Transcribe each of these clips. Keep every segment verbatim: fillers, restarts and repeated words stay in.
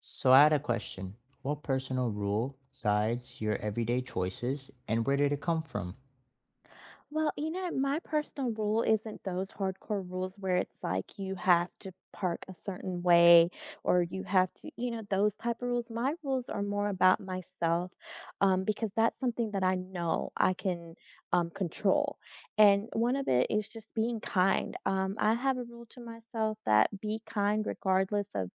So I had a question. What personal rule guides your everyday choices and where did it come from? Well, you know, my personal rule isn't those hardcore rules where it's like you have to park a certain way or you have to, you know, those type of rules. My rules are more about myself um, because that's something that I know I can um, control. And one of it is just being kind. Um, I have a rule to myself that be kind regardless of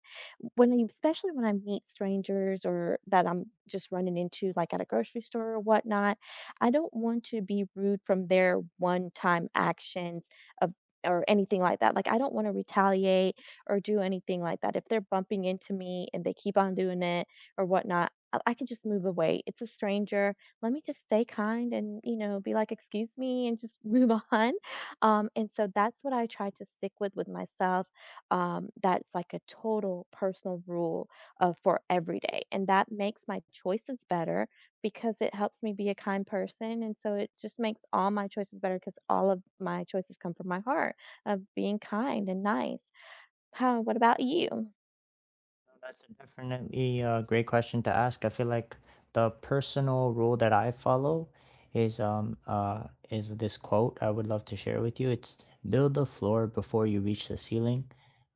when you, especially when I meet strangers or that I'm just running into like at a grocery store or whatnot. I don't want to be rude from their one-time actions of or anything like that. Like I don't want to retaliate or do anything like that. If they're bumping into me and they keep on doing it or whatnot, I, I can just move away. It's a stranger. Let me just stay kind and, you know, be like, excuse me, and just move on. Um, and so that's what I try to stick with with myself. Um, that's like a total personal rule uh, for every day, and that makes my choices better because it helps me be a kind person, and so it just makes all my choices better. Because all of my choices come from my heart of being kind and nice. Huh, what about you? Uh, That's a definitely a great question to ask. I feel like the personal rule that I follow is um uh is this quote I would love to share with you. It's build the floor before you reach the ceiling.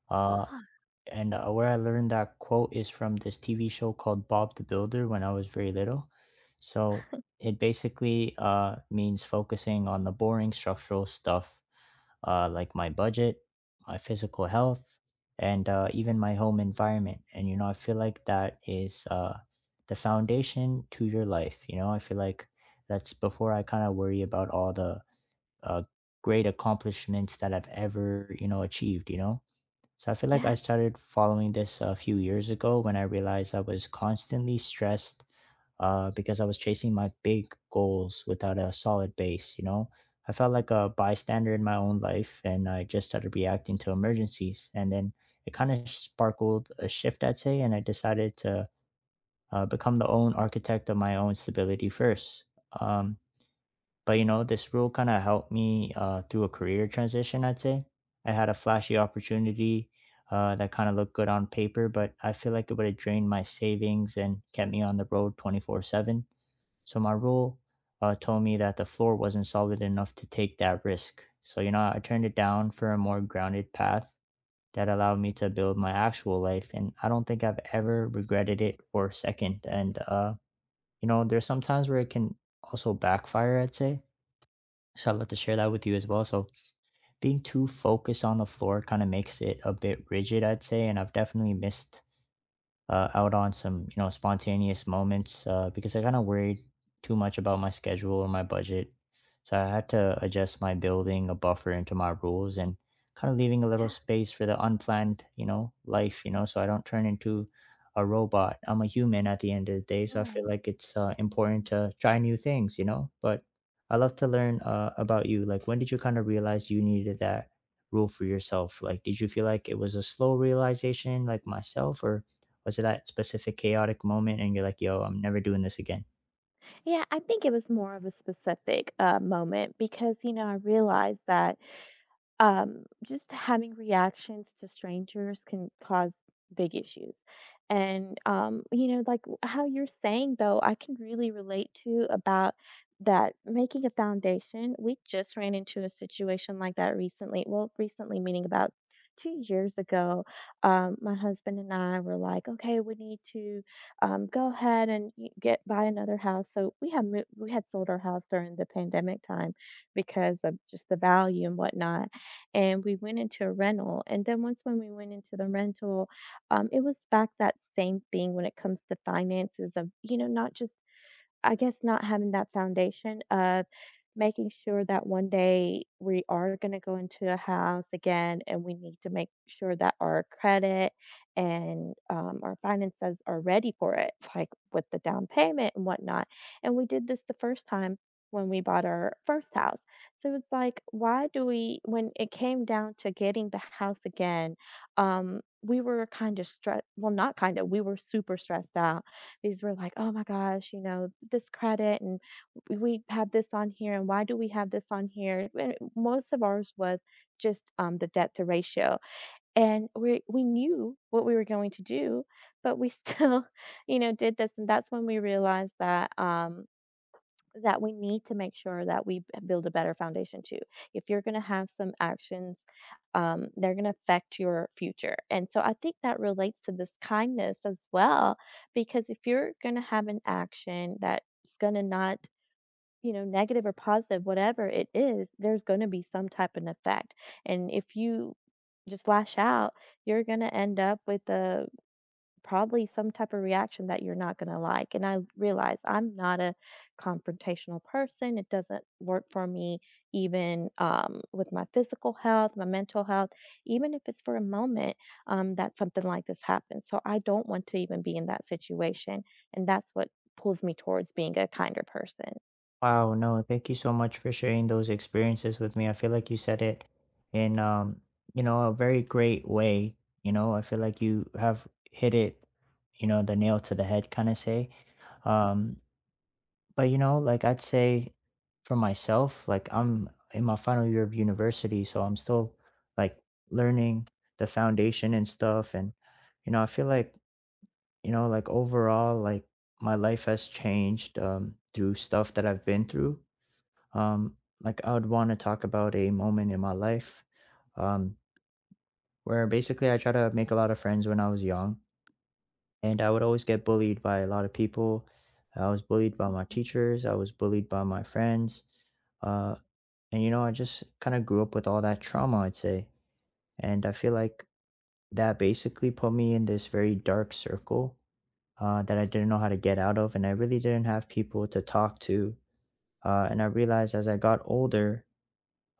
Uh Ah, and uh, Where I learned that quote is from this T V show called Bob the Builder when I was very little. So it basically uh, means focusing on the boring structural stuff, uh, like my budget, my physical health, and uh, even my home environment. And, you know, I feel like that is uh, the foundation to your life. You know, I feel like that's before I kind of worry about all the uh, great accomplishments that I've ever, you know, achieved, you know? So I feel like I yeah, started following this a few years ago when I realized I was constantly stressed, uh, because I was chasing my big goals without a solid base, you know? I felt like a bystander in my own life and I just started reacting to emergencies. And then it kind of sparkled a shift, I'd say, and I decided to, uh, become the own architect of my own stability first. Um, but you know, this rule kind of helped me uh, through a career transition, I'd say. I had a flashy opportunity, uh, that kind of looked good on paper, but I feel like it would have drained my savings and kept me on the road twenty-four seven. So my rule, uh, told me that the floor wasn't solid enough to take that risk. So, you know, I turned it down for a more grounded path that allowed me to build my actual life. And I don't think I've ever regretted it for a second. And, uh, you know, there's some times where it can also backfire, I'd say. So I'd love to share that with you as well. So being too focused on the floor kind of makes it a bit rigid, I'd say, and I've definitely missed uh, out on some, you know, spontaneous moments, uh, because I kind of worried too much about my schedule or my budget, so I had to adjust my building a buffer into my rules and kind of leaving a little yeah, space for the unplanned, you know, life, you know, so I don't turn into a robot. I'm a human at the end of the day, so I feel right. like it's uh, important to try new things, you know. But I love to learn uh, about you. Like, when did you kind of realize you needed that rule for yourself? Like, did you feel like it was a slow realization, like myself, or was it that specific chaotic moment and you're like, yo, I'm never doing this again? Yeah, I think it was more of a specific, uh, moment because, you know, I realized that um, just having reactions to strangers can cause big issues. And, um, you know, like w- how you're saying, though, I can really relate to about that making a foundation. We just ran into a situation like that recently. Well, recently, meaning about two years ago, um, my husband and I were like, okay, we need to um, go ahead and y- get buy another house. So we had mo- we had sold our house during the pandemic time because of just the value and whatnot and we went into a rental. And then once when we went into the rental, um, it was back that same thing when it comes to finances of, you know, not just I guess not having that foundation of making sure that one day we are going to go into a house again and we need to make sure that our credit and um, our finances are ready for it, like with the down payment and whatnot. And we did this the first time when we bought our first house. So it's like, why do we, when it came down to getting the house again, um, we were kind of stressed. Well, not kind of, we were super stressed out these were like, "Oh my gosh, you know, this credit and w we had this on here and why do we have this on here?" And most of ours was just, um, the debt to ratio, and we we knew what we were going to do, but we still, you know, did this, and that's when we realized that, um, that we need to make sure that we b- build a better foundation to. If you're going to have some actions, um, they're going to affect your future. And so I think that relates to this kindness as well, because if you're going to have an action that's going to not, you know, negative or positive, whatever it is, there's going to be some type of effect, and if you just lash out, you're going to end up with a probably some type of reaction that you're not going to like. And I realize I'm not a confrontational person. It doesn't work for me, even um, with my physical health, my mental health, even if it's for a moment um, that something like this happens. So I don't want to even be in that situation. And that's what pulls me towards being a kinder person. Wow, no, thank you so much for sharing those experiences with me. I feel like you said it in um, you know, a very great way. You know, I feel like you have hit it, you know, the nail to the head kind of say. Um, but you know, like I'd say for myself, like I'm in my final year of university, so I'm still like learning the foundation and stuff, and you know, I feel like, you know, like overall, like my life has changed um, through stuff that I've been through. Um, like I would want to talk about a moment in my life, um, where basically I try to make a lot of friends when I was young, and I would always get bullied by a lot of people. I was bullied by my teachers. I was bullied by my friends. Uh, and you know, I just kind of grew up with all that trauma, I'd say. And I feel like that basically put me in this very dark circle, uh, that I didn't know how to get out of, and I really didn't have people to talk to. Uh, and I realized as I got older,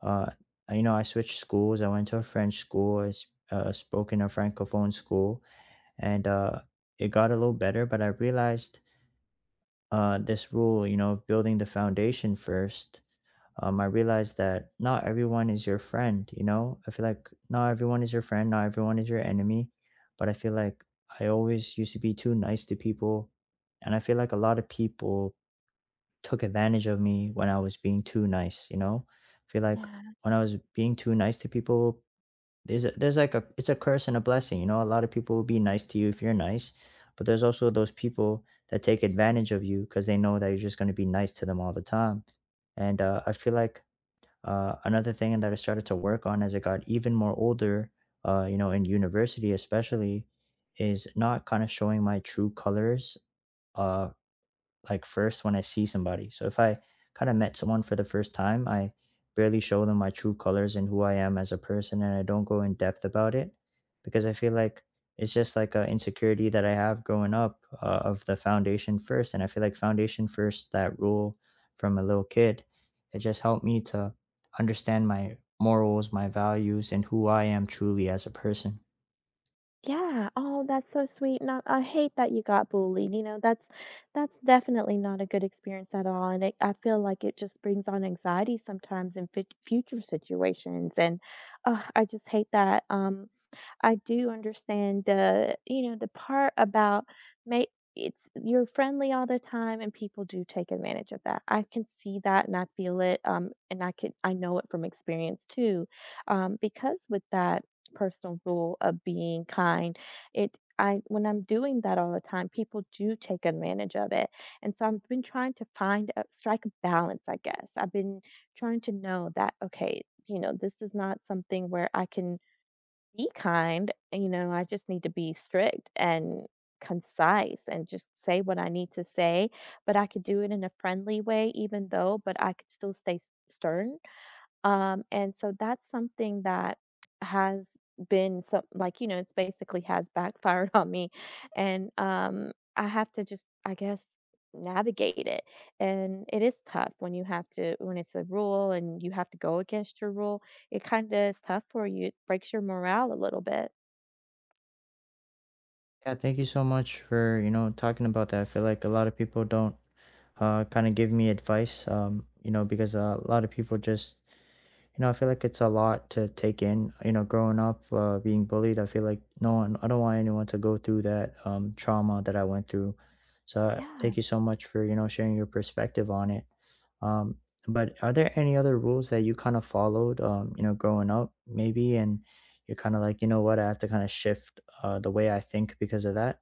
uh, you know, I switched schools. I went to a French school. I s- uh, spoke in a francophone school, and uh, it got a little better. But I realized, uh, this rule, you know, of building the foundation first, um, I realized that not everyone is your friend. You know, I feel like not everyone is your friend, not everyone is your enemy. But I feel like I always used to be too nice to people. And I feel like a lot of people took advantage of me when I was being too nice. You know, I feel like Yeah. when I was being too nice to people, there's, a, there's like a, it's a curse and a blessing. You know, a lot of people will be nice to you if you're nice. But there's also those people that take advantage of you because they know that you're just going to be nice to them all the time. And uh, I feel like, uh, another thing that I started to work on as I got even more older, uh, you know, in university especially, is not kind of showing my true colors. Uh, like first when I see somebody. So if I kind of met someone for the first time, I barely show them my true colors and who I am as a person, and I don't go in depth about it because I feel like it's just like an insecurity that I have growing up, uh, of the foundation first. And I feel like foundation first, that rule from a little kid, it just helped me to understand my morals, my values, and who I am truly as a person. Yeah. Oh, that's so sweet. Not I hate that you got bullied. You know, that's that's definitely not a good experience at all. And it, I feel like it just brings on anxiety sometimes in fit future situations. And uh, I just hate that. Um, I do understand the, you know, the part about may it's you're friendly all the time and people do take advantage of that. I can see that and I feel it. Um, and I can I know it from experience too. Um, because with that personal rule of being kind, it I when I'm doing that all the time, people do take advantage of it. And so I've been trying to find a strike a balance, I guess. I've been trying to know that okay, you know, this is not something where I can be kind. You know, I just need to be strict and concise and just say what I need to say. But I could do it in a friendly way, even though, but I could still stay s- stern um, and so that's something that has been some like, you know, it's basically has backfired on me. And um, I have to just, I guess, navigate it. And it is tough when you have to, when it's a rule and you have to go against your rule. It kind of is tough for you. It breaks your morale a little bit. Yeah, thank you so much for, you know, talking about that. I feel like a lot of people don't uh kind of give me advice, um, you know, because uh, a lot of people just, you know, I feel like it's a lot to take in, you know, growing up uh being bullied. I feel like no one, I don't want anyone to go through that um trauma that I went through. So, uh, Yeah. thank you so much for, you know, sharing your perspective on it. Um but are there any other rules that you kind of followed, um, you know, growing up maybe, and you're kind of like, you know what, I have to kind of shift uh, the way I think because of that.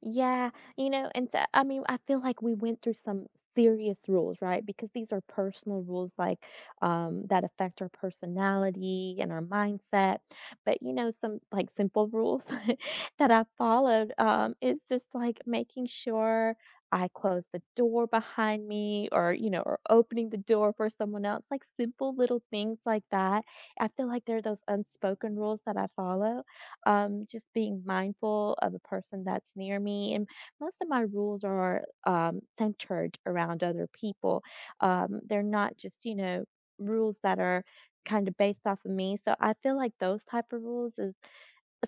Yeah, you know, and so I mean, I feel like we went through some serious rules, right? Because these are personal rules like um that affect our personality and our mindset. But you know, some like simple rules that I followed um is just like making sure I close the door behind me or, you know, or opening the door for someone else, like simple little things like that. I feel like there are those unspoken rules that I follow um, just being mindful of the person that's near me. And most of my rules are um, centered around other people. Um, they're not just, you know, rules that are kind of based off of me. So I feel like those type of rules is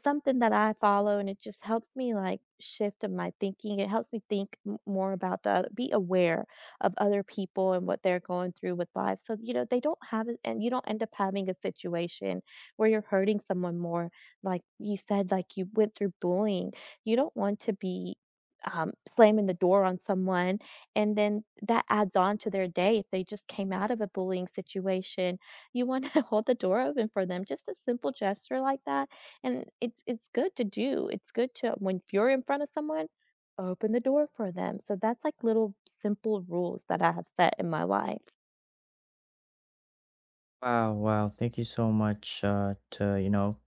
something that I follow, and it just helps me, like, shift in my thinking. It helps me think m more about the other, be aware of other people and what they're going through with life, so, you know, they don't have it and you don't end up having a situation where you're hurting someone more. Like you said, like, you went through bullying. You don't want to be, um, slamming the door on someone, and then that adds on to their day if they just came out of a bullying situation. You wanna hold the door open for them, just a simple gesture like that, and it's it's good to do. It's good to when if you're in front of someone, open the door for them. So that's like little simple rules that I have set in my life. Wow, wow. Thank you so much uh to, you know,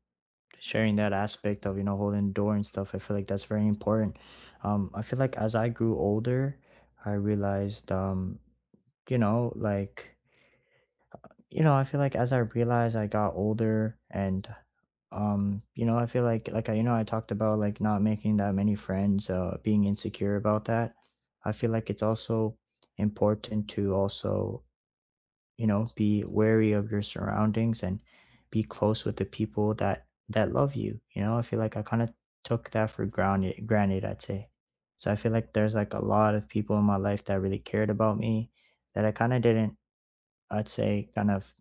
sharing that aspect of, you know, holding the door and stuff. I feel like that's very important. Um, I feel like as I grew older, I realized, um, you know, like, you know, I feel like as I realized I got older, and um, you know, I feel like like I, you know, I talked about like not making that many friends, uh being insecure about that. I feel like it's also important to also, you know, be wary of your surroundings and be close with the people that that love you. You know, I feel like I kind of took that for granted granted I'd say. So I feel like there's like a lot of people in my life that really cared about me that I kind of didn't, I'd say kind of,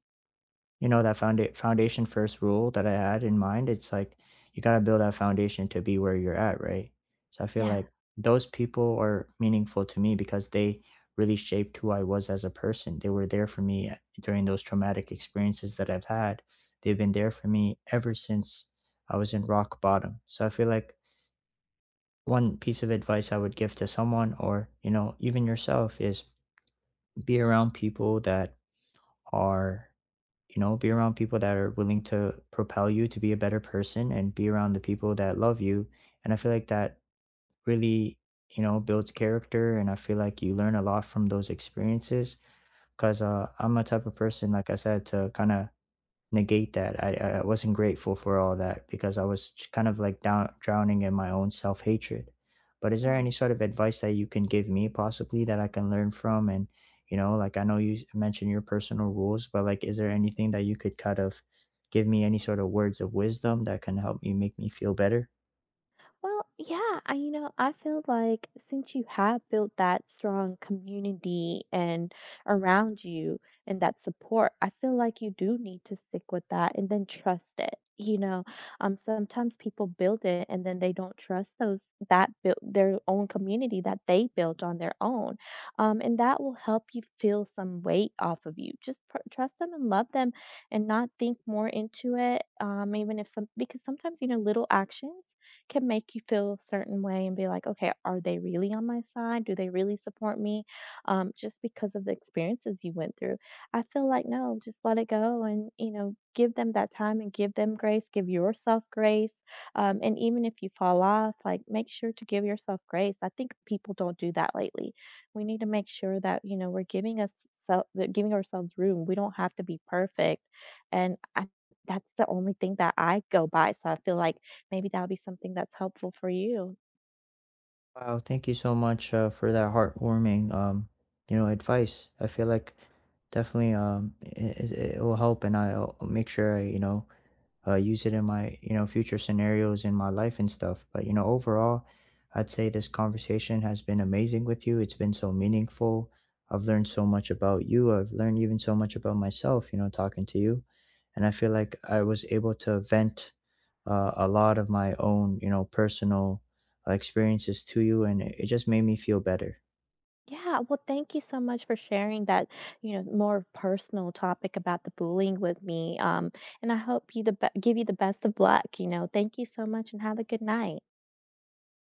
you know, that found foundation first rule that I had in mind, it's like you gotta build that foundation to be where you're at, right? So I feel Yeah. like those people are meaningful to me because they really shaped who I was as a person. They were there for me, eh, during those traumatic experiences that I've had. They've been there for me ever since I was in rock bottom. So I feel like one piece of advice I would give to someone, or, you know, even yourself, is be around people that are, you know, be around people that are willing to propel you to be a better person, and be around the people that love you. And I feel like that really, you know, builds character, and I feel like you learn a lot from those experiences, because uh, I'm a type of person, like I said, to kind of negate that. I, I- wasn't grateful for all that because I was kind of like down, drowning in my own self hatred. But is there Aw. any sort of advice that you can give me possibly that I can learn from? And, you know, like I know you s- mentioned your personal rules, but like, is there anything that you could kind of give me, any sort of words of wisdom that can help me make me feel better? Well, yeah, I, you know, I feel like since you have built that strong community and around you and that support, I feel like you do need to stick with that and then trust it. You know, um, sometimes people build it and then they don't trust those that built their own community that they built on their own, um, and that will help you feel some weight off of you. Just pr- trust them and love them, and not think more into it. Um, even if some because sometimes, you know, little actions can make you feel a certain way and be like, okay, are they really on my side? Do they really support me? Um, just because of the experiences you went through. I feel like, no, just let it go and, you know, give them that time and give them grace, give yourself grace. Um, and even if you fall off, like make sure to give yourself grace. I think people don't do that lately. We need to make sure that, you know, we're giving us self, giving ourselves room. We don't have to be perfect. And I, that's the only thing that I go by. So I feel like maybe that'll be something that's helpful for you. Wow, thank you so much uh, for that heartwarming, um, you know, advice. I feel like definitely, um, it, it it will help, and I'll make sure I, you know, uh, use it in my, you know, future scenarios in my life and stuff. But you know, overall, I'd say this conversation has been amazing with you. It's been so meaningful. I've learned so much about you. I've learned even so much about myself, you know, talking to you. And I feel like I was able to vent, uh, a lot of my own, you know, personal, uh, experiences to you, and it it just made me feel better. Yeah, well, thank you so much for sharing that, you know, more personal topic about the bullying with me. Um, and I hope you the be- give you the best of luck. You know, thank you so much, and have a good night.